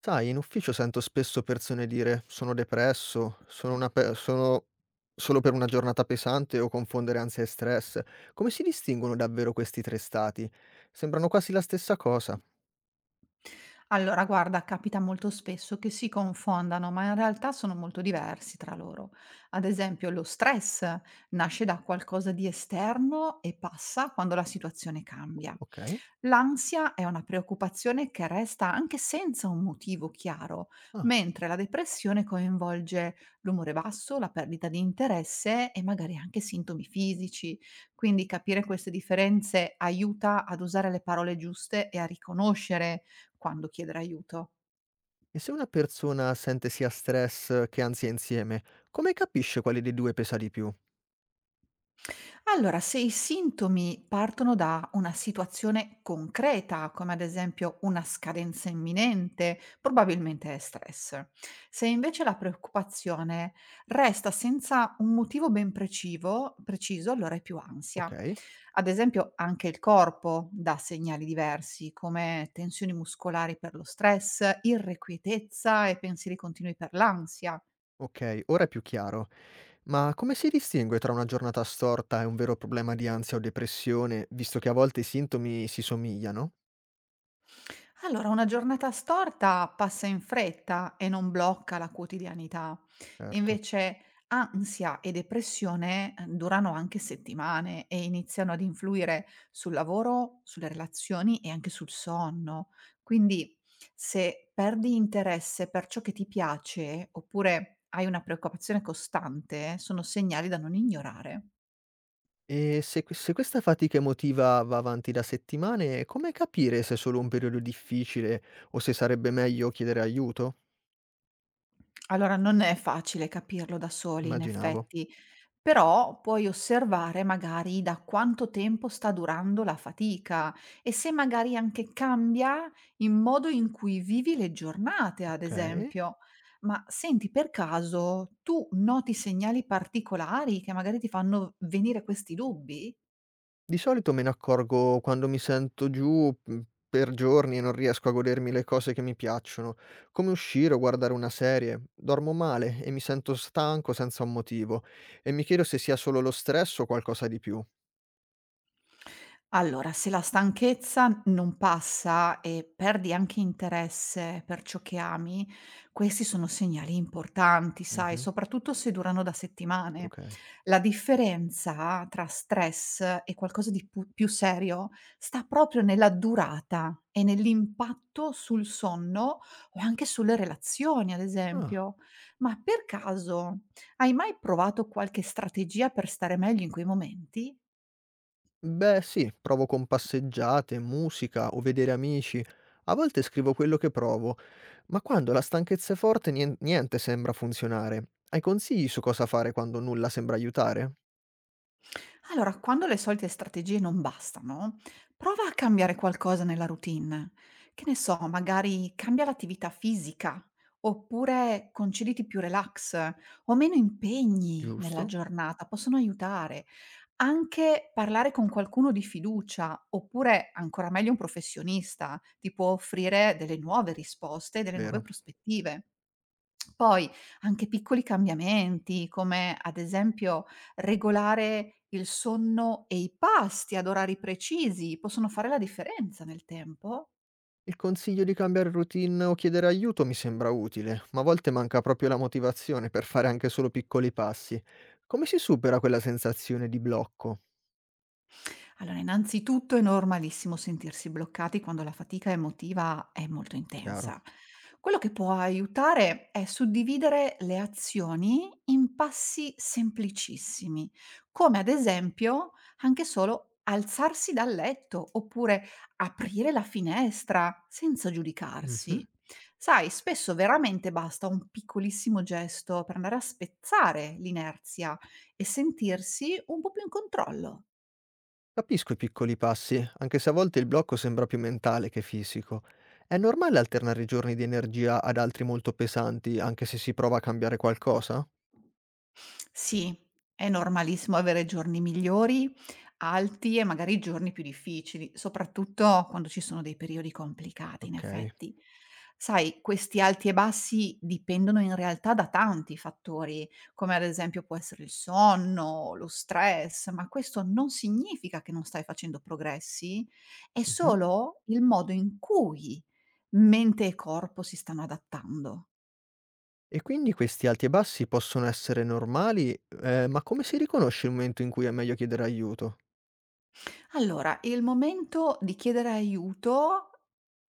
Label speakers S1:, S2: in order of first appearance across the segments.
S1: Sai, in ufficio sento spesso persone dire sono depresso, sono solo per una giornata pesante o confondere ansia e stress. Come si distinguono davvero questi tre stati? Sembrano quasi la stessa cosa.
S2: Allora, guarda, capita molto spesso che si confondano, ma in realtà sono molto diversi tra loro. Ad esempio, lo stress nasce da qualcosa di esterno e passa quando la situazione cambia.
S1: Ok.
S2: L'ansia è una preoccupazione che resta anche senza un motivo chiaro,
S1: Ah.
S2: mentre la depressione coinvolge l'umore basso, la perdita di interesse e magari anche sintomi fisici. Quindi capire queste differenze aiuta ad usare le parole giuste e a riconoscere quando chiedere aiuto.
S1: E se una persona sente sia stress che ansia insieme, come capisce quale dei due pesa di più?
S2: Allora, se i sintomi partono da una situazione concreta, come ad esempio una scadenza imminente, probabilmente è stress. Se invece la preoccupazione resta senza un motivo ben preciso, allora è più ansia.
S1: Ok.
S2: Ad esempio, anche il corpo dà segnali diversi, come tensioni muscolari per lo stress, irrequietezza e pensieri continui per l'ansia.
S1: Ok, ora è più chiaro. Ma come si distingue tra una giornata storta e un vero problema di ansia o depressione, visto che a volte i sintomi si somigliano?
S2: Allora, una giornata storta passa in fretta e non blocca la quotidianità.
S1: Certo.
S2: Invece ansia e depressione durano anche settimane e iniziano ad influire sul lavoro, sulle relazioni e anche sul sonno. Quindi se perdi interesse per ciò che ti piace oppure hai una preoccupazione costante, sono segnali da non ignorare.
S1: E se ques se questa fatica emotiva va avanti da settimane, come capire se è solo un periodo difficile o se sarebbe meglio chiedere aiuto?
S2: Allora, non è facile capirlo da soli, in
S1: Immaginavo.
S2: effetti. Però puoi osservare magari da quanto tempo sta durando la fatica e se magari anche cambia il modo in cui vivi le giornate, ad
S1: Okay.
S2: esempio. Ma senti, per caso tu noti segnali particolari che magari ti fanno venire questi dubbi?
S1: Di solito me ne accorgo quando mi sento giù, per giorni e non riesco a godermi le cose che mi piacciono, come uscire o guardare una serie. Dormo male e mi sento stanco senza un motivo e mi chiedo se sia solo lo stress o qualcosa di più.
S2: Allora, se la stanchezza non passa e perdi anche interesse per ciò che ami, questi sono segnali importanti, sai,
S1: Mh-mh,
S2: soprattutto se durano da settimane.
S1: okay.
S2: La differenza tra stress e qualcosa di pu più serio sta proprio nella durata e nell'impatto sul sonno o anche sulle relazioni, ad
S1: Ah.
S2: esempio. Ma per caso hai mai provato qualche strategia per stare meglio in quei momenti?
S1: Beh, sì, provo con passeggiate, musica o vedere amici. A volte scrivo quello che provo, ma quando la stanchezza è forte niente sembra funzionare. Hai consigli su cosa fare quando nulla sembra aiutare?
S2: Allora, quando le solite strategie non bastano, prova a cambiare qualcosa nella routine. Che ne so, magari cambia l'attività fisica, oppure concediti più relax o meno impegni nella
S1: Giusto,
S2: giornata, possono aiutare. Anche parlare con qualcuno di fiducia, oppure ancora meglio un professionista, ti può offrire delle nuove risposte, delle nuove
S1: vero.
S2: prospettive. Poi anche piccoli cambiamenti, come ad esempio regolare il sonno e i pasti ad orari precisi, possono fare la differenza nel tempo.
S1: Il consiglio di cambiare routine o chiedere aiuto mi sembra utile, ma a volte manca proprio la motivazione per fare anche solo piccoli passi. Come si supera quella sensazione di blocco?
S2: Allora, innanzitutto è normalissimo sentirsi bloccati quando la fatica emotiva è molto
S1: Chiaro.
S2: intensa. Quello che può aiutare è suddividere le azioni in passi semplicissimi, come ad esempio anche solo alzarsi dal letto oppure aprire la finestra senza
S1: Mhm.
S2: giudicarsi. Sai, spesso veramente basta un piccolissimo gesto per andare a spezzare l'inerzia e sentirsi un po' più in controllo.
S1: Capisco i piccoli passi, anche se a volte il blocco sembra più mentale che fisico. È normale alternare i giorni di energia ad altri molto pesanti, anche se si prova a cambiare qualcosa?
S2: Sì, è normalissimo avere giorni migliori, alti e magari giorni più difficili, soprattutto quando ci sono dei periodi complicati, in
S1: Ok.
S2: effetti. Sai, questi alti e bassi dipendono in realtà da tanti fattori, come ad esempio può essere il sonno, lo stress, ma questo non significa che non stai facendo progressi, è
S1: Mhm.
S2: solo il modo in cui mente e corpo si stanno adattando.
S1: E quindi questi alti e bassi possono essere normali, ma come si riconosce il momento in cui è meglio chiedere aiuto?
S2: Allora, il momento di chiedere aiuto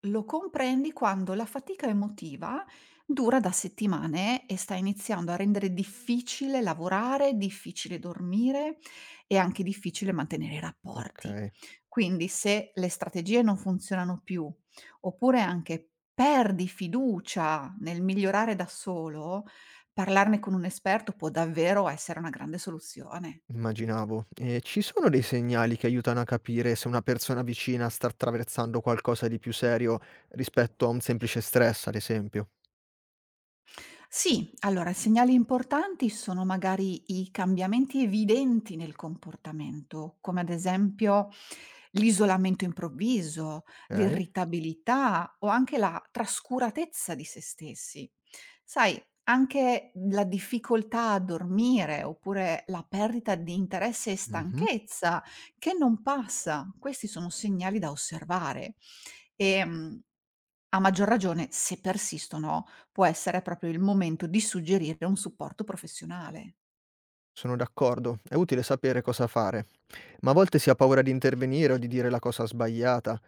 S2: lo comprendi quando la fatica emotiva dura da settimane e sta iniziando a rendere difficile lavorare, difficile dormire e anche difficile mantenere i
S1: Ok,
S2: rapporti. Quindi se le strategie non funzionano più, oppure anche perdi fiducia nel migliorare da solo, parlarne con un esperto può davvero essere una grande soluzione.
S1: immaginavo. E ci sono dei segnali che aiutano a capire se una persona vicina sta attraversando qualcosa di più serio rispetto a un semplice stress, ad esempio?
S2: Sì, allora segnali importanti sono magari i cambiamenti evidenti nel comportamento, come ad esempio l'isolamento improvviso,
S1: Ok.
S2: l'irritabilità o anche la trascuratezza di se stessi. Sai, anche la difficoltà a dormire oppure la perdita di interesse e
S1: Mhm.
S2: stanchezza che non passa, questi sono segnali da osservare. Ehm, A maggior ragione, se persistono, può essere proprio il momento di suggerire un supporto professionale.
S1: Sono d'accordo, è utile sapere cosa fare, ma a volte si ha paura di intervenire o di dire la cosa sbagliata.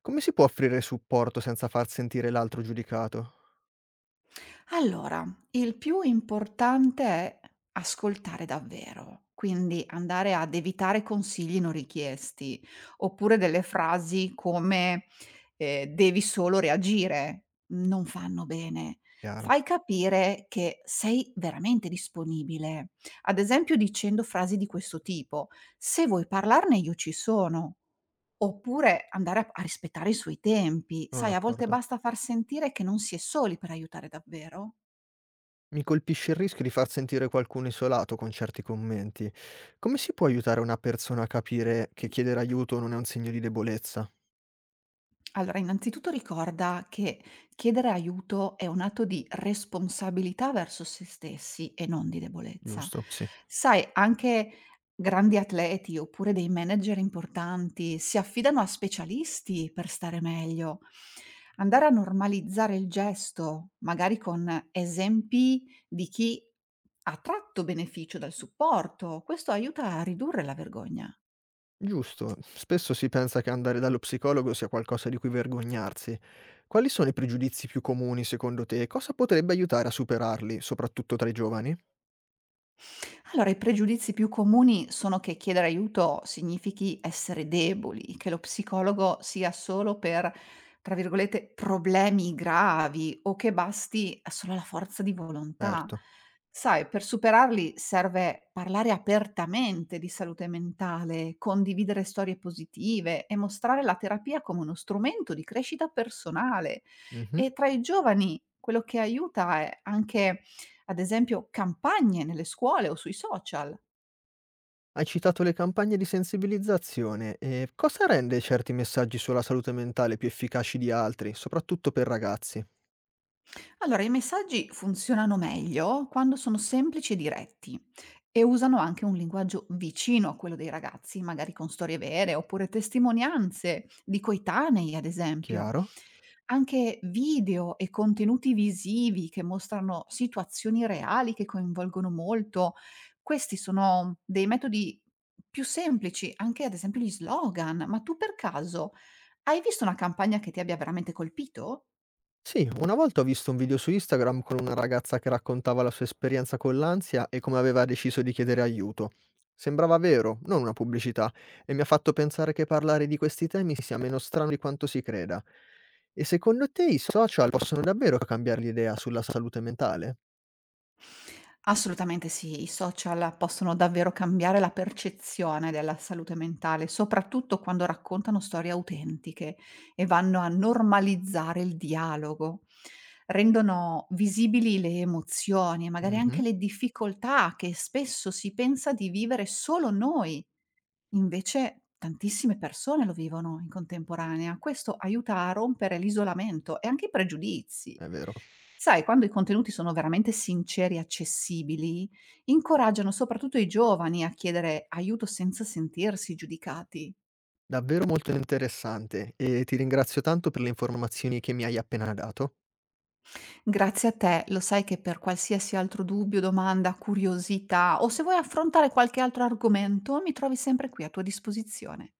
S1: Come si può offrire supporto senza far sentire l'altro giudicato?
S2: Allora, il più importante è ascoltare davvero, quindi andare ad evitare consigli non richiesti, oppure delle frasi come, "Devi solo reagire", non fanno bene.
S1: Chiaro,
S2: Fai capire che sei veramente disponibile, ad esempio dicendo frasi di questo tipo: "Se vuoi parlarne io ci sono", oppure andare a rispettare i suoi tempi.
S1: sono
S2: Sai, a volte
S1: d'accordo.
S2: basta far sentire che non si è soli per aiutare davvero.
S1: Mi colpisce il rischio di far sentire qualcuno isolato con certi commenti. Come si può aiutare una persona a capire che chiedere aiuto non è un segno di debolezza?
S2: Allora, innanzitutto ricorda che chiedere aiuto è un atto di responsabilità verso se stessi e non di debolezza.
S1: Giusto, sì.
S2: Sai, anche grandi atleti oppure dei manager importanti si affidano a specialisti per stare meglio. Andare a normalizzare il gesto, magari con esempi di chi ha tratto beneficio dal supporto, questo aiuta a ridurre la vergogna.
S1: Giusto, spesso si pensa che andare dallo psicologo sia qualcosa di cui vergognarsi. Quali sono i pregiudizi più comuni secondo te e cosa potrebbe aiutare a superarli, soprattutto tra i giovani?
S2: Allora, i pregiudizi più comuni sono che chiedere aiuto significhi essere deboli, che lo psicologo sia solo per, tra virgolette, problemi gravi o che basti solo la forza di volontà.
S1: Certo.
S2: Sai, per superarli serve parlare apertamente di salute mentale, condividere storie positive e mostrare la terapia come uno strumento di crescita personale.
S1: Mhm.
S2: E tra i giovani quello che aiuta è anche ad esempio campagne nelle scuole o sui social.
S1: Hai citato le campagne di sensibilizzazione e cosa rende certi messaggi sulla salute mentale più efficaci di altri, soprattutto per ragazzi?
S2: Allora, i messaggi funzionano meglio quando sono semplici e diretti e usano anche un linguaggio vicino a quello dei ragazzi, magari con storie vere oppure testimonianze di coetanei, ad esempio.
S1: Chiaro?
S2: Anche video e contenuti visivi che mostrano situazioni reali che coinvolgono molto. Questi sono dei metodi più semplici, anche ad esempio gli slogan. Ma tu per caso hai visto una campagna che ti abbia veramente colpito?
S1: Sì, una volta ho visto un video su Instagram con una ragazza che raccontava la sua esperienza con l'ansia e come aveva deciso di chiedere aiuto. Sembrava vero, non una pubblicità, e mi ha fatto pensare che parlare di questi temi sia meno strano di quanto si creda. E secondo te i social possono davvero cambiare l'idea sulla salute mentale?
S2: Assolutamente sì, i social possono davvero cambiare la percezione della salute mentale, soprattutto quando raccontano storie autentiche e vanno a normalizzare il dialogo. Rendono visibili le emozioni e magari
S1: Mhm,
S2: anche le difficoltà che spesso si pensa di vivere solo noi. Invece tantissime persone lo vivono in contemporanea. Questo aiuta a rompere l'isolamento e anche i pregiudizi.
S1: è vero.
S2: Sai, quando i contenuti sono veramente sinceri e accessibili, incoraggiano soprattutto i giovani a chiedere aiuto senza sentirsi giudicati.
S1: Davvero molto interessante e ti ringrazio tanto per le informazioni che mi hai appena dato.
S2: Grazie a te, lo sai che per qualsiasi altro dubbio, domanda, curiosità o se vuoi affrontare qualche altro argomento, mi trovi sempre qui a tua disposizione.